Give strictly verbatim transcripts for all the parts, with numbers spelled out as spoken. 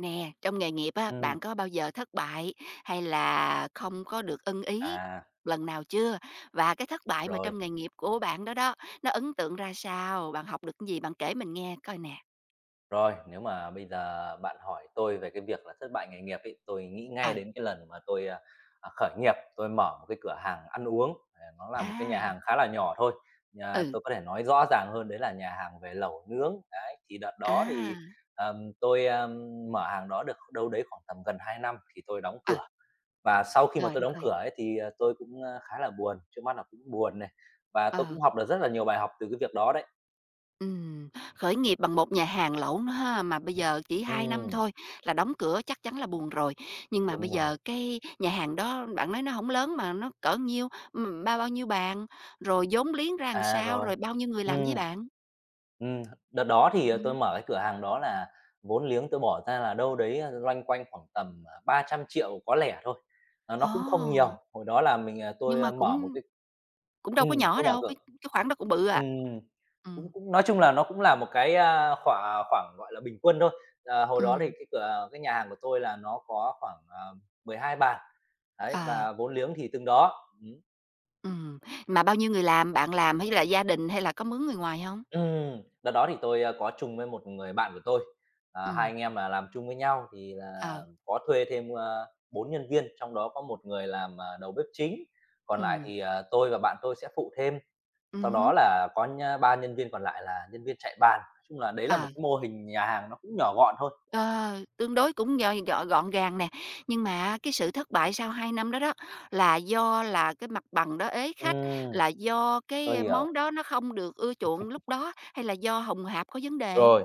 Nè, trong nghề nghiệp á, Ừm, bạn có bao giờ thất bại hay là không có được ưng ý à, lần nào chưa? Và cái thất bại mà rồi, trong nghề nghiệp của bạn đó đó, nó ấn tượng ra sao? Bạn học được cái gì? Bạn kể mình nghe coi nè. rồi, nếu mà bây giờ bạn hỏi tôi về cái việc là thất bại nghề nghiệp ấy, tôi nghĩ ngay Ờ, đến cái lần mà tôi, à, à, khởi nghiệp, tôi mở một cái cửa hàng ăn uống, ờ, nó là một cái nhà à, hàng khá là nhỏ thôi. Nhà ừ, tôi có thể nói rõ ràng hơn đấy là nhà hàng về lẩu nướng, đấy, thì đợt đó à, thì, ờm, tôi, a, mở hàng đó được đâu đấy khoảng tầm gần hai năm thì tôi đóng ờ, cửa. Và sau khi mà trời tôi đất đóng ơi. cửa ấy thì, ờ, tôi cũng, a, khá là buồn, trước mắt là cũng buồn này, và tôi Ờ. cũng học được rất là nhiều bài học từ cái việc đó đấy. Ừm, khởi nghiệp bằng một nhà hàng lẩu nữa ha, mà bây giờ chỉ hai năm Ừm. thôi là đóng cửa chắc chắn là buồn rồi. Nhưng mà bây Đúng rồi. giờ cái nhà hàng đó bạn nói nó không lớn mà nó cỡ nhiêu, ừm, bao bao nhiêu bàn, rồi vốn liếng ra làm À, sao, rồi. rồi bao nhiêu người Ừ, làm với bạn? ừ. Đợt đó thì, ờ, tôi Ừm. mở cái cửa hàng đó là vốn liếng tôi bỏ ra là đâu đấy, a, loanh quanh khoảng tầm, à, ba trăm triệu có lẻ thôi, ờ, nó cũng không nhiều. Ồ, Hồi đó là mình, à, nhưng tôi, a, mà mở một cũng cái. cũng đâu có ừm, nhỏ Tôi mở đâu, cửa. cái cái khoản đó cũng bự à. ừm, cũng Ừm, cũng nói chung là nó cũng là một cái, a, khoảng khoảng, gọi là, bình quân thôi. Ờ, hồi đó thì ừm, cái cửa cái nhà hàng của tôi là nó có khoảng, à, mười hai bàn, đấy, ờ, và vốn liếng thì từng đó. Ừm. ừm. Mà bao nhiêu người làm, bạn làm hay là gia đình hay là có mướn người ngoài không? Ừm, đợt đó thì tôi, a, có chung với một người bạn của tôi, à, hai Ừm, anh em là làm chung với nhau thì là ờ, có thuê thêm, a, bốn nhân viên, trong đó có một người làm, à, đầu bếp chính, còn lại ừ thì, à, tôi và bạn tôi sẽ phụ thêm. ừ Sau đó hứm, là có nhá ba nhân viên còn lại là nhân viên chạy bàn. Nói chung là đấy là một ờ. cái mô hình nhà hàng nó cũng nhỏ gọn thôi. Ờ, tương đối cũng do gọn gọn gàng nè, nhưng mà cái sự thất bại sau hai năm đó đó là do là cái mặt bằng đó ế khách, Ừm, là do tôi cái hiểu, món đó nó không được ưa chuộng lúc đó, hay là do hồng hạp có vấn đề? rồi.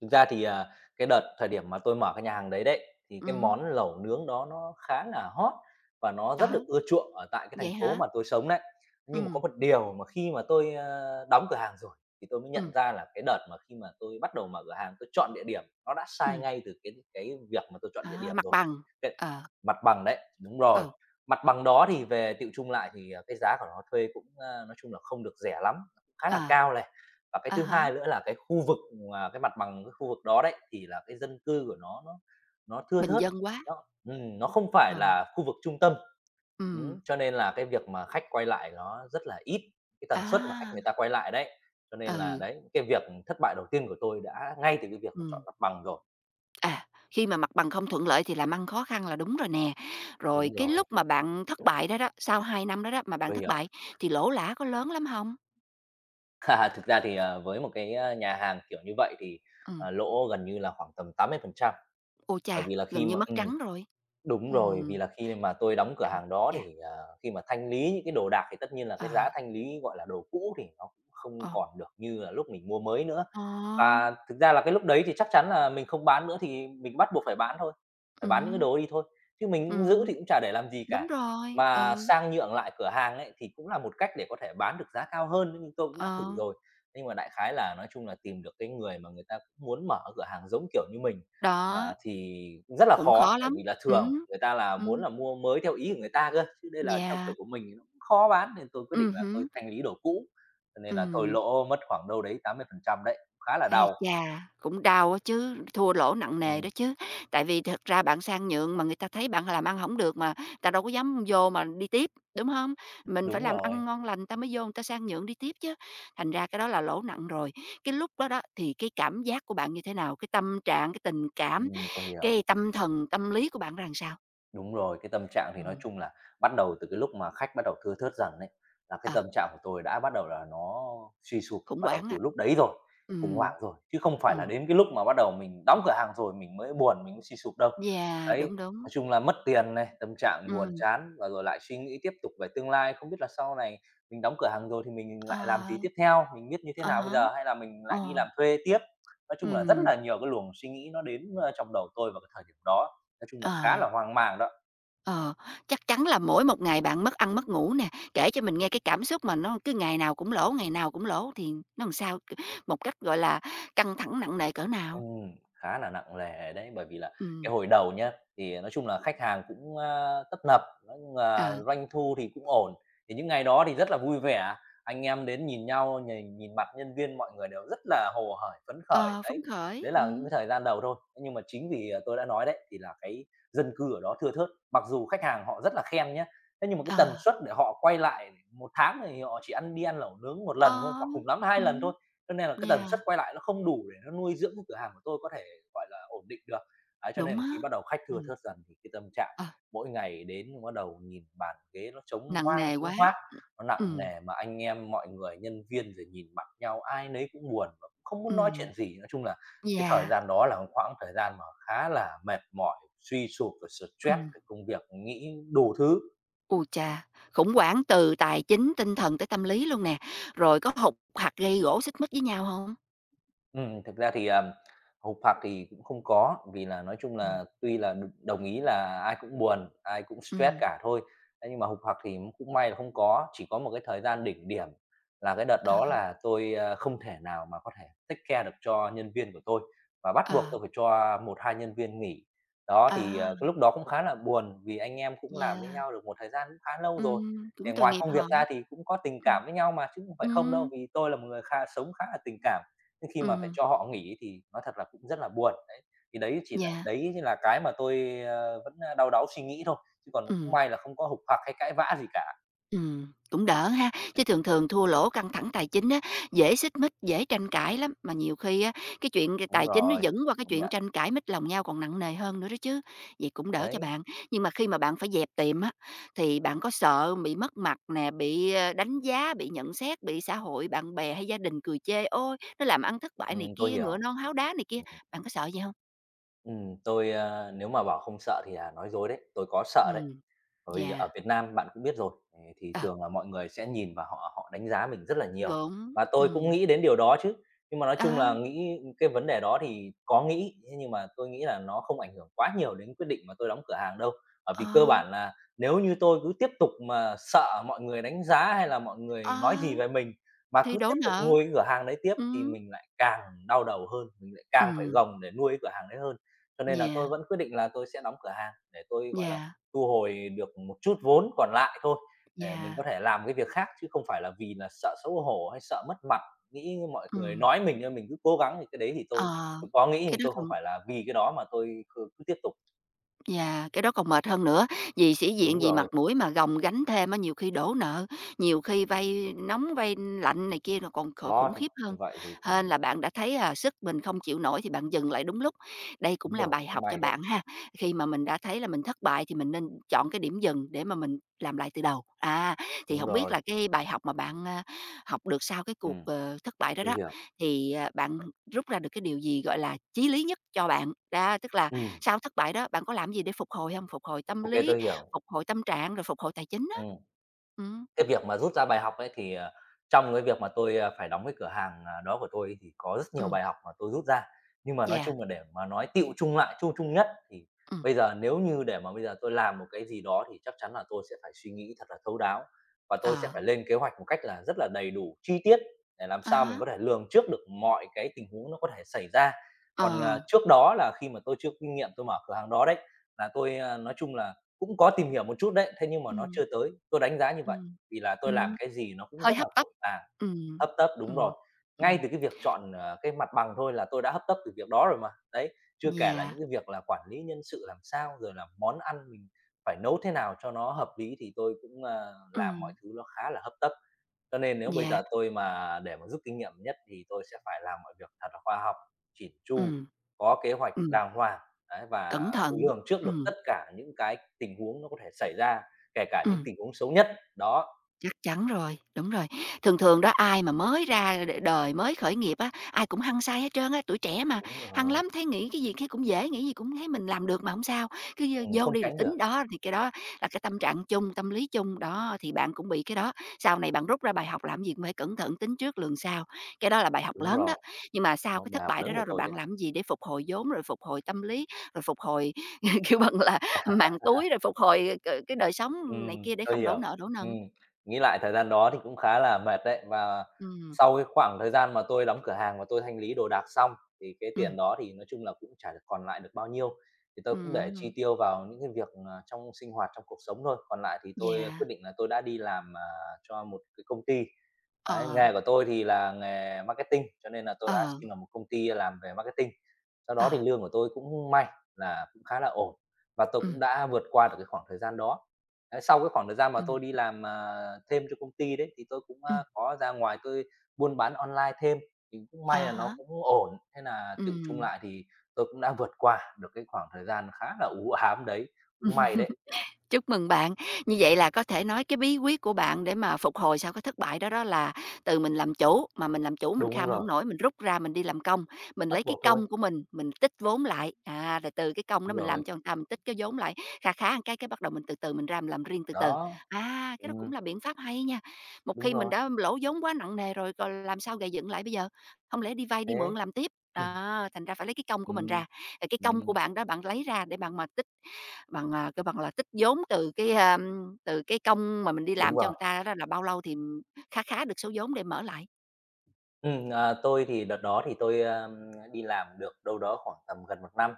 Thực ra thì, à, cái đợt thời điểm mà tôi mở cái nhà hàng đấy đấy, thì Ừ, cái món lẩu nướng đó nó khá là hot và nó rất đó, được ưa chuộng ở tại cái thành vậy phố hả? mà tôi sống đấy. Nhưng mà có Ừ, một điều mà khi mà tôi, ơ, đóng cửa hàng rồi thì tôi mới nhận ừ, ra là cái đợt mà khi mà tôi bắt đầu mở cửa hàng, tôi chọn địa điểm nó đã sai ừm, ngay từ cái cái việc mà tôi chọn địa à, điểm mặt rồi. bằng, Cái ờ, mặt bằng đấy, đúng rồi, ừ, mặt bằng đó thì về tiệu chung lại thì, à, cái giá của nó thuê cũng, a, nói chung là không được rẻ lắm, cũng khá là ờ, cao và cái à thứ há, hai nữa là cái khu vực mà cái mặt bằng cái khu vực đó đấy, thì là cái dân cư của nó nó nó thưa bình thớt, dân quá, nó ừm, nó không phải ờ, là khu vực trung tâm. ừm, Ừm, cho nên là cái việc mà khách quay lại nó rất là ít, cái tần suất mà khách à, người ta quay lại đấy. Cho nên là ừ, đấy, cái việc thất bại đầu tiên của tôi đã ngay từ cái việc mà chọn ừm. mặt bằng rồi. À, khi mà mặt bằng không thuận lợi thì làm ăn khó khăn là đúng rồi nè. Rồi Đúng cái rồi, lúc mà bạn thất bại đó đó, sau hai năm đó đó mà bạn tôi thất hiểu. bại thì lỗ lã có lớn lắm không? Thực ra thì, ờ, với một cái, a, nhà hàng kiểu như vậy thì, Ừ, à, lỗ gần như là khoảng tầm tám mươi phần trăm, ôi bởi chà, vì là gần khi như mà mất ừm. trắng rồi. Đúng Ừ, rồi, vì là khi mà tôi đóng cửa ây hàng đó chà, thì, ờ, khi mà thanh lý những cái đồ đạc thì tất nhiên là cái ờ, giá thanh lý, gọi là, đồ cũ thì nó cũng không ờ, còn được như là lúc mình mua mới nữa. ờ, Và thực ra là cái lúc đấy thì chắc chắn là mình không bán nữa thì mình bắt buộc phải bán thôi, phải bán những cái ừm, đồ đi thôi, chứ mình giữ ừm, thì cũng chả để làm gì đúng cả. rồi, Mà ừ, sang nhượng lại cửa hàng ấy thì cũng là một cách để có thể bán được giá cao hơn, nhưng tôi cũng đã thử ờ, rồi. Nhưng mà đại khái là nói chung là tìm được cái người mà người ta cũng muốn mở cửa hàng giống kiểu như mình, đó, à, thì rất là cũng khó, khó bởi lắm. vì là thường Ừ, người ta là ừ, muốn là mua mới theo ý của người ta cơ, chứ đây là theo yeah, kiểu của mình thì nó cũng khó bán, nên tôi quyết ừ định là tôi hứm, thanh lý đồ cũ, cho nên là tôi ừm. lỗ mất khoảng đâu đấy tám mươi phần trăm đấy. Khá là Ây đau. chà, cũng đau á chứ, thua lỗ nặng nề đó Ừm, chứ. Tại vì thật ra bạn sang nhượng mà người ta thấy bạn làm ăn hổng được mà, ta đâu có dám vô mà đi tiếp, đúng không? Mình phải đúng làm rồi, ăn ngon lành ta mới vô người ta sang nhượng đi tiếp chứ. Thành ra cái đó là lỗ nặng rồi. Cái lúc đó đó thì cái cảm giác của bạn như thế nào? Cái tâm trạng, cái tình cảm, ừm, tôi hiểu. cái tâm thần, tâm lý của bạn ra làm sao? Đúng rồi, cái tâm trạng thì nói Ừm, chung là bắt đầu từ cái lúc mà khách bắt đầu thưa thớt dần ấy, là cái ờ, tâm trạng của tôi đã bắt đầu là nó suy sụp, khủng bắt đầu hoảng từ á. lúc đấy rồi, khủng Ừm. hoảng rồi, chứ không phải là Ừm, đến cái lúc mà bắt đầu mình đóng cửa hàng rồi mình mới buồn, mình mới suy sụp đâu. yeah, Đấy, đúng, đúng. nói chung là mất tiền này, tâm trạng buồn Ừm, chán và rồi lại suy nghĩ tiếp tục về tương lai, không biết là sau này mình đóng cửa hàng rồi thì mình ờ, lại làm gì tiếp theo, mình biết như thế à nào bây há, giờ hay là mình ờ, lại đi làm thuê tiếp. Nói chung là rất ừm, là nhiều cái luồng suy nghĩ nó đến, ơ, trong đầu tôi vào cái thời điểm đó, nói chung là khá ờ. là hoang mang đó. Ờ, chắc chắn là mỗi một ngày bạn mất ăn mất ngủ nè, kể cho mình nghe cái cảm xúc mà nó cứ ngày nào cũng lỗ, ngày nào cũng lỗ thì nó làm sao? C một cách, gọi là, căng thẳng nặng nề cỡ nào? Ừm, khá là nặng nề đấy, bởi vì là Ừm, cái hồi đầu nhá, thì nói chung là khách hàng cũng, a, tấp nập, nói chung là ờ, doanh thu thì cũng ổn. Thì những ngày đó thì rất là vui vẻ, anh em đến nhìn nhau, nhìn nhìn mặt nhân viên mọi người đều rất là hồ hởi, phấn khởi, ờ, phấn đấy. khởi, Đấy là những ừm, cái thời gian đầu thôi. Thế nhưng mà chính vì, à, tôi đã nói đấy, thì là cái dân cư ở đó thưa thớt, mặc dù khách hàng họ rất là khen nhá, thế nhưng mà cái ờ, tần suất để họ quay lại một tháng thì họ chỉ ăn đi ăn lẩu nướng một ờ, lần thôi, hoặc cùng lắm hai lần ừm, thôi. Cho nên là cái tần yeah, suất quay lại nó không đủ để nó nuôi dưỡng cái cửa hàng của tôi có thể, gọi là, ổn định được. Ấy, cho đúng nên á, khi bắt đầu khách thưa ừm, thớt dần thì cái tâm trạng ờ, mỗi ngày đến bắt đầu nhìn bàn ghế nó trống nặng hoang, nề trống quá, hoác, nó nặng ừm, nề mà anh em mọi người, nhân viên rồi nhìn mặt nhau ai nấy cũng buồn và cũng không muốn nói ừm, chuyện gì. Nói chung là cái thời yeah, gian đó là khoảng thời gian mà khá là mệt mỏi, suy sụp và stress ừm. về công việc, nghĩ đủ thứ. Ui cha, khủng hoảng từ tài chính, tinh thần tới tâm lý luôn nè, rồi có hụt hặc, gây gổ, xích mích với nhau không? Ừm, thực ra thì, ờm, hục hặc thì cũng không có, vì là nói chung Ừm, là tuy là đ đồng ý là ai cũng buồn, ai cũng stress ừm, cả thôi. Thế nhưng mà hục hặc thì cũng may là không có, chỉ có một cái thời gian đỉnh điểm là cái đợt ờ, đó là tôi, a, không thể nào mà có thể take care được cho nhân viên của tôi và bắt buộc ờ. tôi phải cho một hai nhân viên nghỉ. Đó, thì, À, ờ, cái lúc đó cũng khá là buồn vì anh em cũng làm với yeah, nhau được một thời gian cũng khá lâu rồi, ừm, thì cũng tội ngoài nghiệp công họ. việc ra thì cũng có tình Ừm, cảm với nhau mà, chứ không phải không đâu, ừm, vì tôi là một người kha sống khá là tình cảm. Nhưng khi mà phải ừm, cho họ nghỉ thì nói thật là cũng rất là buồn, đấy. Thì đấy chỉ là yeah, đấy là cái mà tôi, ơ, vẫn, ờ, đau đáu suy nghĩ thôi, chứ còn cũng ừm, may là không có hục hặc hay cãi vã gì cả. ừm, cũng đỡ ha, chứ thường thường thua lỗ căng thẳng tài chính á, dễ xích mích, dễ tranh cãi lắm, mà nhiều khi á, cái chuyện c Đúng tài chính nó rồi, dẫn qua cái công chuyện nhận, tranh cãi mít lòng nhau còn nặng nề hơn nữa đó chứ. Vậy cũng đỡ cho đấy, bạn, nhưng mà khi mà bạn phải dẹp tiệm á, thì bạn có sợ bị mất mặt nè, bị, ơ, đánh giá, bị nhận xét, bị xã hội, bạn bè hay gia đình cười chê: "Ôi, nó làm ăn thất bại" này ừm, tôi kia, "Ngựa hiểu. non háo đá" này kia, Ừm, bạn có sợ gì không? ừm, tôi, a, nếu mà bảo không sợ thì là nói dối đấy, tôi có sợ đấy. Ừm. Bởi vì Yeah, ở Việt Nam bạn cũng biết rồi, ờ, thì ờ, thường là mọi người sẽ nhìn và họ họ đánh giá mình rất là ừm, nhiều, đúng, và tôi cũng ừm, nghĩ đến điều đó chứ. Nhưng mà nói chung đó, là nghĩ cái vấn đề đó thì có nghĩ, thế nhưng mà tôi nghĩ là nó không ảnh hưởng quá nhiều đến quyết định mà tôi đóng cửa hàng đâu. Bởi ờ, vì cơ bản là nếu như tôi cứ tiếp tục mà sợ mọi người đánh giá hay là mọi ờ, người nói gì về mình, mà thì cứ đổ tiếp tục nợ, nuôi cái cửa hàng đấy tiếp thì ừm, mình lại càng đau đầu hơn, mình lại càng phải ừm, gồng để nuôi cái cửa hàng đấy hơn. Cho nên là yeah, tôi vẫn quyết định là tôi sẽ đóng cửa hàng để tôi, gọi là, yeah, thu hồi được một chút vốn còn lại thôi để mình yeah, có thể làm cái việc khác, chứ không phải là vì là sợ xấu hổ hay sợ mất mặt, nghĩ mọi người ừm, nói mình nên mình cứ cố gắng thì cái đấy thì ờ, tôi tôi có nghĩ cái nhưng đó tôi không còn phải là vì cái đó mà tôi cứ cứ tiếp tục. yeah, cái đó còn mệt hơn nữa, vì sĩ diện, Đúng vì mặt rồi, mũi mà gồng gánh thêm á, nhiều khi đổ nợ, nhiều khi vay nóng, vay lạnh này kia, nó còn kh đó, khủng thì khiếp hơn. như vậy thì Hên còn. là bạn đã thấy, à, sức mình không chịu nổi thì bạn dừng lại đúng lúc. Đây cũng Đúng là rồi, bài cũng học cho may đấy. bạn ha, khi mà mình đã thấy là mình thất bại thì mình nên chọn cái điểm dừng để mà mình làm lại từ đầu. À, thì Đúng không biết rồi. là cái bài học mà bạn, a, học được sau cái cuộc, Ừm. ờ, thất bại đó Tôi đó, hiểu. thì, à, bạn rút ra được cái điều gì, gọi là, chí lý nhất cho bạn? Đó, tức là Ừm. sau thất bại đó, bạn có làm gì để phục hồi không? Phục hồi tâm Ô, lý, tôi hiểu. phục hồi tâm trạng, rồi phục hồi tài chính đó, Ừm. ừm, Cái việc mà rút ra bài học ấy thì, ờ, trong cái việc mà tôi, a, phải đóng cái cửa hàng, à, đó của tôi ấy thì có rất nhiều ừm, bài học mà tôi rút ra. Nhưng mà nói yeah, chung là để mà nói tựu chung lại, chung chung nhất thì ừm, bây giờ nếu như để mà bây giờ tôi làm một cái gì đó thì chắc chắn là tôi sẽ phải suy nghĩ thật là thấu đáo và tôi sẽ ờ, phải lên kế hoạch một cách là rất là đầy đủ, chi tiết để làm à sao mình há, có thể lường trước được mọi cái tình huống nó có thể xảy ra. ờ, Còn, à, trước đó là khi mà tôi chưa có kinh nghiệm tôi mở cửa hàng đó đấy, là tôi, a, nói chung là cũng có tìm hiểu một chút đấy, thế nhưng mà nó ừm, chưa tới, tôi đánh giá như vậy. ừm, Vì là tôi làm ừm, cái gì nó cũng hơi rất hấp là tấp. vội vàng, Ừm, hấp tấp, đúng rồi. ừm, Ngay ừm, từ cái việc chọn, ờ, cái mặt bằng thôi là tôi đã hấp tấp từ việc đó rồi mà. Đấy, chưa kể là yeah, những cái việc là quản lý nhân sự làm sao, rồi là món ăn mình phải nấu thế nào cho nó hợp lý thì tôi cũng, ờ, làm mọi ừm, thứ nó khá là hấp tấp. Cho nên nếu bây yeah, giờ tôi mà để mà rút kinh nghiệm nhất thì tôi sẽ phải làm mọi việc thật là khoa học, chỉn chu, ừm, có kế hoạch ừm, đàng hoàng, đấy, cẩn và thận, lường trước được ừm, tất cả những cái tình huống nó có thể xảy ra, kể cả những ừm. tình huống xấu nhất. Đó. Chắc chắn rồi, đúng rồi. Thường thường đó ai mà mới ra đ đời, mới khởi nghiệp á, ai cũng hăng say hết trơn á, tuổi trẻ mà, Đúng hăng rồi, lắm, thấy nghĩ cái gì thấy cũng dễ, nghĩ gì cũng thấy mình làm được mà không sao, cứ vô ừm, vô không đi rồi tránh tính. được, Đó, thì cái đó là cái tâm trạng chung, tâm lý chung, đó, thì bạn cũng bị cái đó. Sau này bạn rút ra bài học làm gì cũng phải cẩn thận, tính trước lường sau, cái đó là bài học đúng lớn đó. rồi, Nhưng mà sau đó, cái thất bài học bại lớn đó của đó, rồi tôi. bạn làm gì để phục hồi vốn, rồi phục hồi tâm lý, rồi phục hồi, kiểu bằng là, mạng túi, rồi phục hồi, ờ, cái đời sống này Ừm, kia để tôi không đổ hiểu. nợ, đổ nần? Ừm, nghĩ lại thời gian đó thì cũng khá là mệt đấy. Và Ừm, sau cái khoảng thời gian mà tôi đóng cửa hàng và tôi thanh lý đồ đạc xong, thì cái ừm, tiền đó thì nói chung là cũng chả được còn lại được bao nhiêu, thì tôi cũng để ừm, chi tiêu vào những cái việc, ờ, trong sinh hoạt, trong cuộc sống thôi. Còn lại thì tôi yeah, quyết định là tôi đã đi làm, à, cho một cái công ty. ờ, Đấy, nghề của tôi thì là nghề marketing, cho nên là tôi đã ờ, xin vào một công ty làm về marketing. Sau đó ờ, thì lương của tôi cũng may là cũng khá là ổn, và tôi cũng ừm, đã vượt qua được cái khoảng thời gian đó. Đấy, sau cái khoảng thời gian mà ừm, tôi đi làm, ờ, thêm cho công ty đấy, thì tôi cũng, ừm, a, có ra ngoài tôi buôn bán online thêm, thì cũng à may là nó há, cũng ổn. Thế là tựu chung ừm. lại thì tôi cũng đã vượt qua được cái khoảng thời gian khá là u ám đấy, cũng may đấy. Chúc mừng bạn. Như vậy là có thể nói cái bí quyết của bạn để mà phục hồi sau cái thất bại đó đó là từ mình làm chủ, mà mình làm chủ mình Đúng kham không rồi, nổi, mình rút ra mình đi làm công, mình bắt lấy cái buộc thôi. công của mình, mình tích vốn lại, à, rồi từ cái công đó Đúng mình rồi, làm cho người ta, mình tích cái vốn lại, kha khá một cái cái bắt đầu mình từ từ mình ra mình làm riêng từ từ. đó, À, cái đó cũng ừm, là biện pháp hay nha. Một đúng khi mình rồi, đã lỗ vốn quá nặng nề rồi, còn làm sao gầy dựng lại bây giờ? Không lẽ đi vay đi mượn thế. làm tiếp? Đó, thành ra phải lấy cái công của mình Ừm, ra, rồi cái công của ừm, bạn đó bạn lấy ra để bạn mà bằng, à, kêu bằng là, tích vốn từ cái, a, từ cái công mà mình đi đúng làm cho rồi. người ta đó là bao lâu thì khá khá được số vốn để mở lại? Ừm, à, tôi thì đợt đó thì tôi, ơ, đi làm được đâu đó khoảng tầm gần một năm,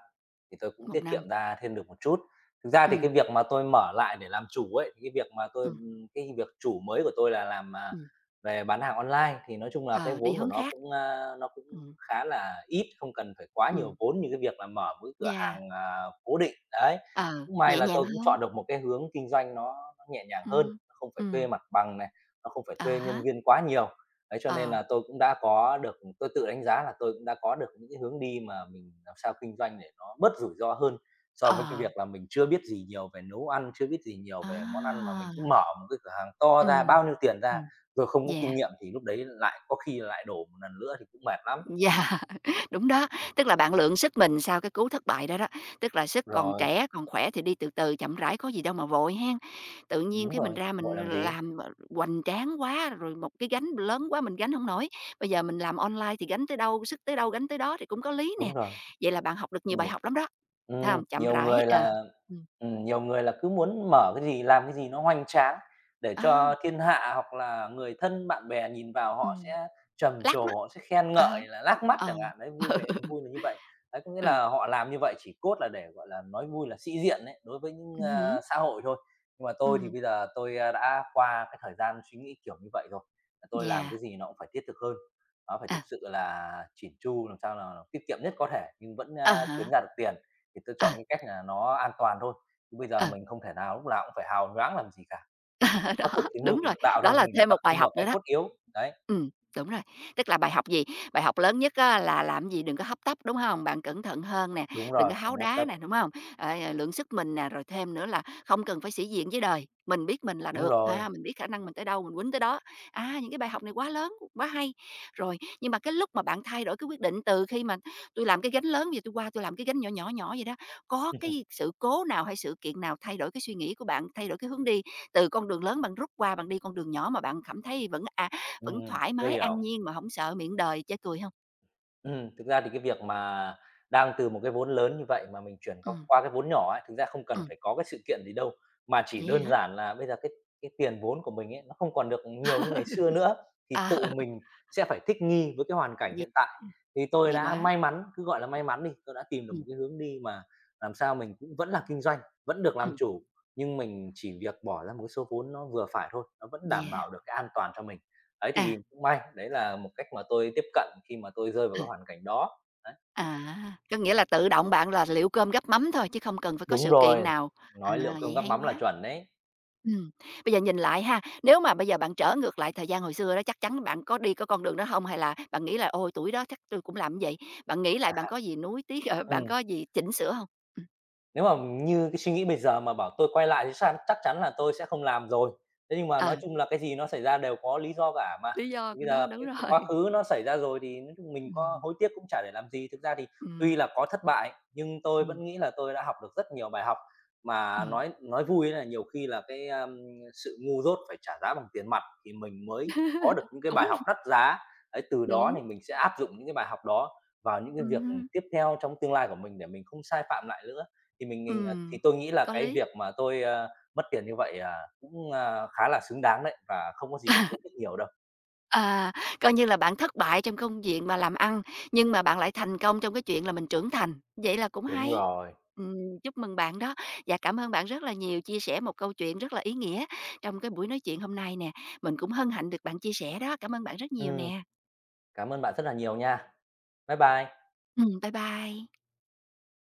thì tôi cũng Một tiết kiệm năm. ra thêm được một chút. Thực ra thì Ừm, cái việc mà tôi mở lại để làm chủ ấy, thì cái việc mà tôi ừm, cái việc chủ mới của tôi là làm, à, ừm, về bán hàng online thì nói chung là cái ờ, đi vốn của hướng nó khác. cũng, a, nó cũng Ừm, khá là ít, không cần phải quá nhiều ừm, vốn như cái việc là mở một cái cửa yeah, hàng, à, cố định, đấy. ờ, Cũng may nhẹ là nhàng tôi cũng hơn. chọn được một cái hướng kinh doanh nó nó nhẹ nhàng hơn, Ừm, nó không phải thuê ừm, mặt bằng này, nó không phải à thuê nhân há, viên quá nhiều. Đấy, cho nên ờ, là tôi cũng đã có được tôi tự đánh giá là tôi cũng đã có được những cái hướng đi mà mình làm sao kinh doanh để nó bớt rủi ro hơn so với cái ờ, việc là mình chưa biết gì nhiều về nấu ăn, chưa biết gì nhiều về món ăn mà mình cứ à, mở một cái cửa hàng to ra, ừm, bao nhiêu tiền ra, ừm, rồi không có yeah. kinh nghiệm thì lúc đấy lại có khi lại đổ một lần nữa thì cũng mệt lắm. Dạ, đúng đó, tức là bạn lượng sức mình sau cái cú thất bại đó đó, tức là sức còn Rồi, trẻ, còn khỏe thì đi từ từ chậm rãi có gì đâu mà vội hen. Tự nhiên đúng cái mình rồi, ra vội mình làm gì. làm mà hoành tráng quá, rồi một cái gánh lớn quá mình gánh không nổi, bây giờ mình làm online thì gánh tới đâu, sức tới đâu gánh tới đó thì cũng có lý nè. Đúng rồi. Vậy là bạn học được nhiều bài Nhiều học lắm đó, phải ừm, hông? Chậm nhiều rãi, người ờ, là ừm, ừm, nhiều người là cứ muốn mở cái gì, làm cái gì nó hoành tráng để đó, cho thiên hạ hoặc là người thân bạn bè nhìn vào họ ừm, sẽ trầm lác trồ, mắt, họ sẽ khen ờ, ngợi là lác mắt ờ, chẳng hạn, đấy, vui vẻ vui là như vậy. Đấy, có nghĩa ừ, là họ làm như vậy chỉ cốt là để, gọi là, nói vui là sĩ diện đấy đối với những, ừm hứm, a, xã hội thôi. Nhưng mà tôi thì ừm, bây giờ tôi, a, đã qua cái thời gian suy nghĩ kiểu như vậy rồi, tôi làm yeah, cái gì nó cũng phải thiết thực hơn. Đó, phải ờ, thực sự là chỉn chu, làm sao là tiết kiệm nhất có thể nhưng vẫn, a, kiếm à ra được tiền, thì tôi ờ, chọn cái cách là nó an toàn thôi. Chứ bây giờ ờ. mình không thể nào lúc nào cũng phải hào nhoáng làm gì cả, Đó, có thực thì ngư đúng rồi, được đạo đó thôi, là mình phải thêm tập một bài trung học vào nữa cái đó. cốt yếu. Đấy, Ừm, đúng rồi, tức là bài học gì? Bài học lớn nhất á là làm gì đừng có hấp tấp, đúng không? Bạn cẩn thận hơn nè, đúng đừng rồi, có háo không hấp đá tấp, nè, đúng không? Ờ, lượng sức mình nè, rồi thêm nữa là không cần phải sĩ diện với đời, mình biết mình là đúng được, rồi. ha, mình biết khả năng mình tới đâu mình quýnh tới đó. À, những cái bài học này quá lớn, quá hay. Rồi, nhưng mà cái lúc mà bạn thay đổi cái quyết định từ khi mà tôi làm cái gánh lớn, bây giờ tôi qua tôi làm cái gánh nhỏ, nhỏ, nhỏ vậy đó, có cái sự cố nào hay sự kiện nào thay đổi cái suy nghĩ của bạn, thay đổi cái hướng đi từ con đường lớn bạn rút qua, bạn đi con đường nhỏ mà bạn cảm thấy vẫn, à, vẫn Ừm, thoải tôi mái an hiểu. nhiên mà không sợ miệng đời chê cười không? Ừm, thực ra thì cái việc mà đang từ một cái vốn lớn như vậy mà mình chuyển qua Ừm, qua cái vốn nhỏ ấy, thực ra không cần ừm, phải có cái sự kiện gì đâu, mà chỉ vậy đơn hả? giản là bây giờ cái cái tiền vốn của mình ấy, nó không còn được nhiều như ngày xưa nữa, thì Ờ, tự mình sẽ phải thích nghi với cái hoàn cảnh vậy hiện tại. ừm, Thì tôi hay đã quá. may mắn, cứ gọi là may mắn đi, tôi đã tìm được một Ừm, cái hướng đi mà làm sao mình cũng vẫn là kinh doanh, vẫn được làm ừm, chủ, nhưng mình chỉ việc bỏ ra một cái số vốn nó vừa phải thôi, nó vẫn đảm yeah, bảo được cái an toàn cho mình. Đấy, à, thì cũng may, đấy là một cách mà tôi tiếp cận khi mà tôi rơi vào ừ, cái hoàn cảnh đó. Đấy. à, có nghĩa là tự động bạn là liệu cơm gắp mắm thôi chứ không cần phải có Đúng sự kiện rồi, nào. À, nói "Liệu cơm vậy gắp hay mắm" là quá. chuẩn đấy. Ừm, bây giờ nhìn lại ha, nếu mà bây giờ bạn trở ngược lại thời gian hồi xưa đó, chắc chắn bạn có đi cái con đường đó không? Hay là bạn nghĩ là "Ôi, tuổi đó chắc tôi cũng làm như vậy?" Bạn nghĩ lại bạn có gì nuối tiếc, ờ, bạn Ừm. có gì chỉnh sửa không? Ừm, Nếu mà như cái suy nghĩ bây giờ mà bảo tôi quay lại thì san chắc chắn là tôi sẽ không làm rồi. Thế nhưng mà ờ, nói chung là cái gì nó xảy ra đều có lý do cả mà. lý do Thì của bây nó, giờ đúng cái cái rồi. quá khứ nó xảy ra rồi thì nói chung mình có Ừm, hối tiếc cũng chả để làm gì. Thực ra thì tuy ừm, là có thất bại nhưng tôi ừm, vẫn nghĩ là tôi đã học được rất nhiều bài học, mà ừm. nói nói vui là nhiều khi là cái, a, sự ngu dốt phải trả giá bằng tiền mặt thì mình mới có được những cái Cũng bài học đắt giá. Đấy, từ đó đúng, thì mình sẽ áp dụng những cái bài học đó vào những cái việc ừm, tiếp theo trong tương lai của mình để mình không sai phạm lại nữa. Thì mình mình, à, thì ừm, tôi nghĩ là có cái lý. việc mà tôi, a, mất tiền như vậy, à, cũng, a, khá là xứng đáng đấy và không có gì phải À, hối tiếc nhiều đâu. à, coi như là bạn thất bại trong công việc mà làm ăn, nhưng mà bạn lại thành công trong cái chuyện là mình trưởng thành, vậy là cũng Đúng hay. rồi. Ừm, chúc mừng bạn đó. Và cảm ơn bạn rất là nhiều, chia sẻ một câu chuyện rất là ý nghĩa trong cái buổi nói chuyện hôm nay nè. Mình cũng hân hạnh được bạn chia sẻ đó. Cảm ơn bạn rất nhiều Ừm, nè. cảm ơn bạn rất là nhiều nha. Bye bye. Ừm, bye bye.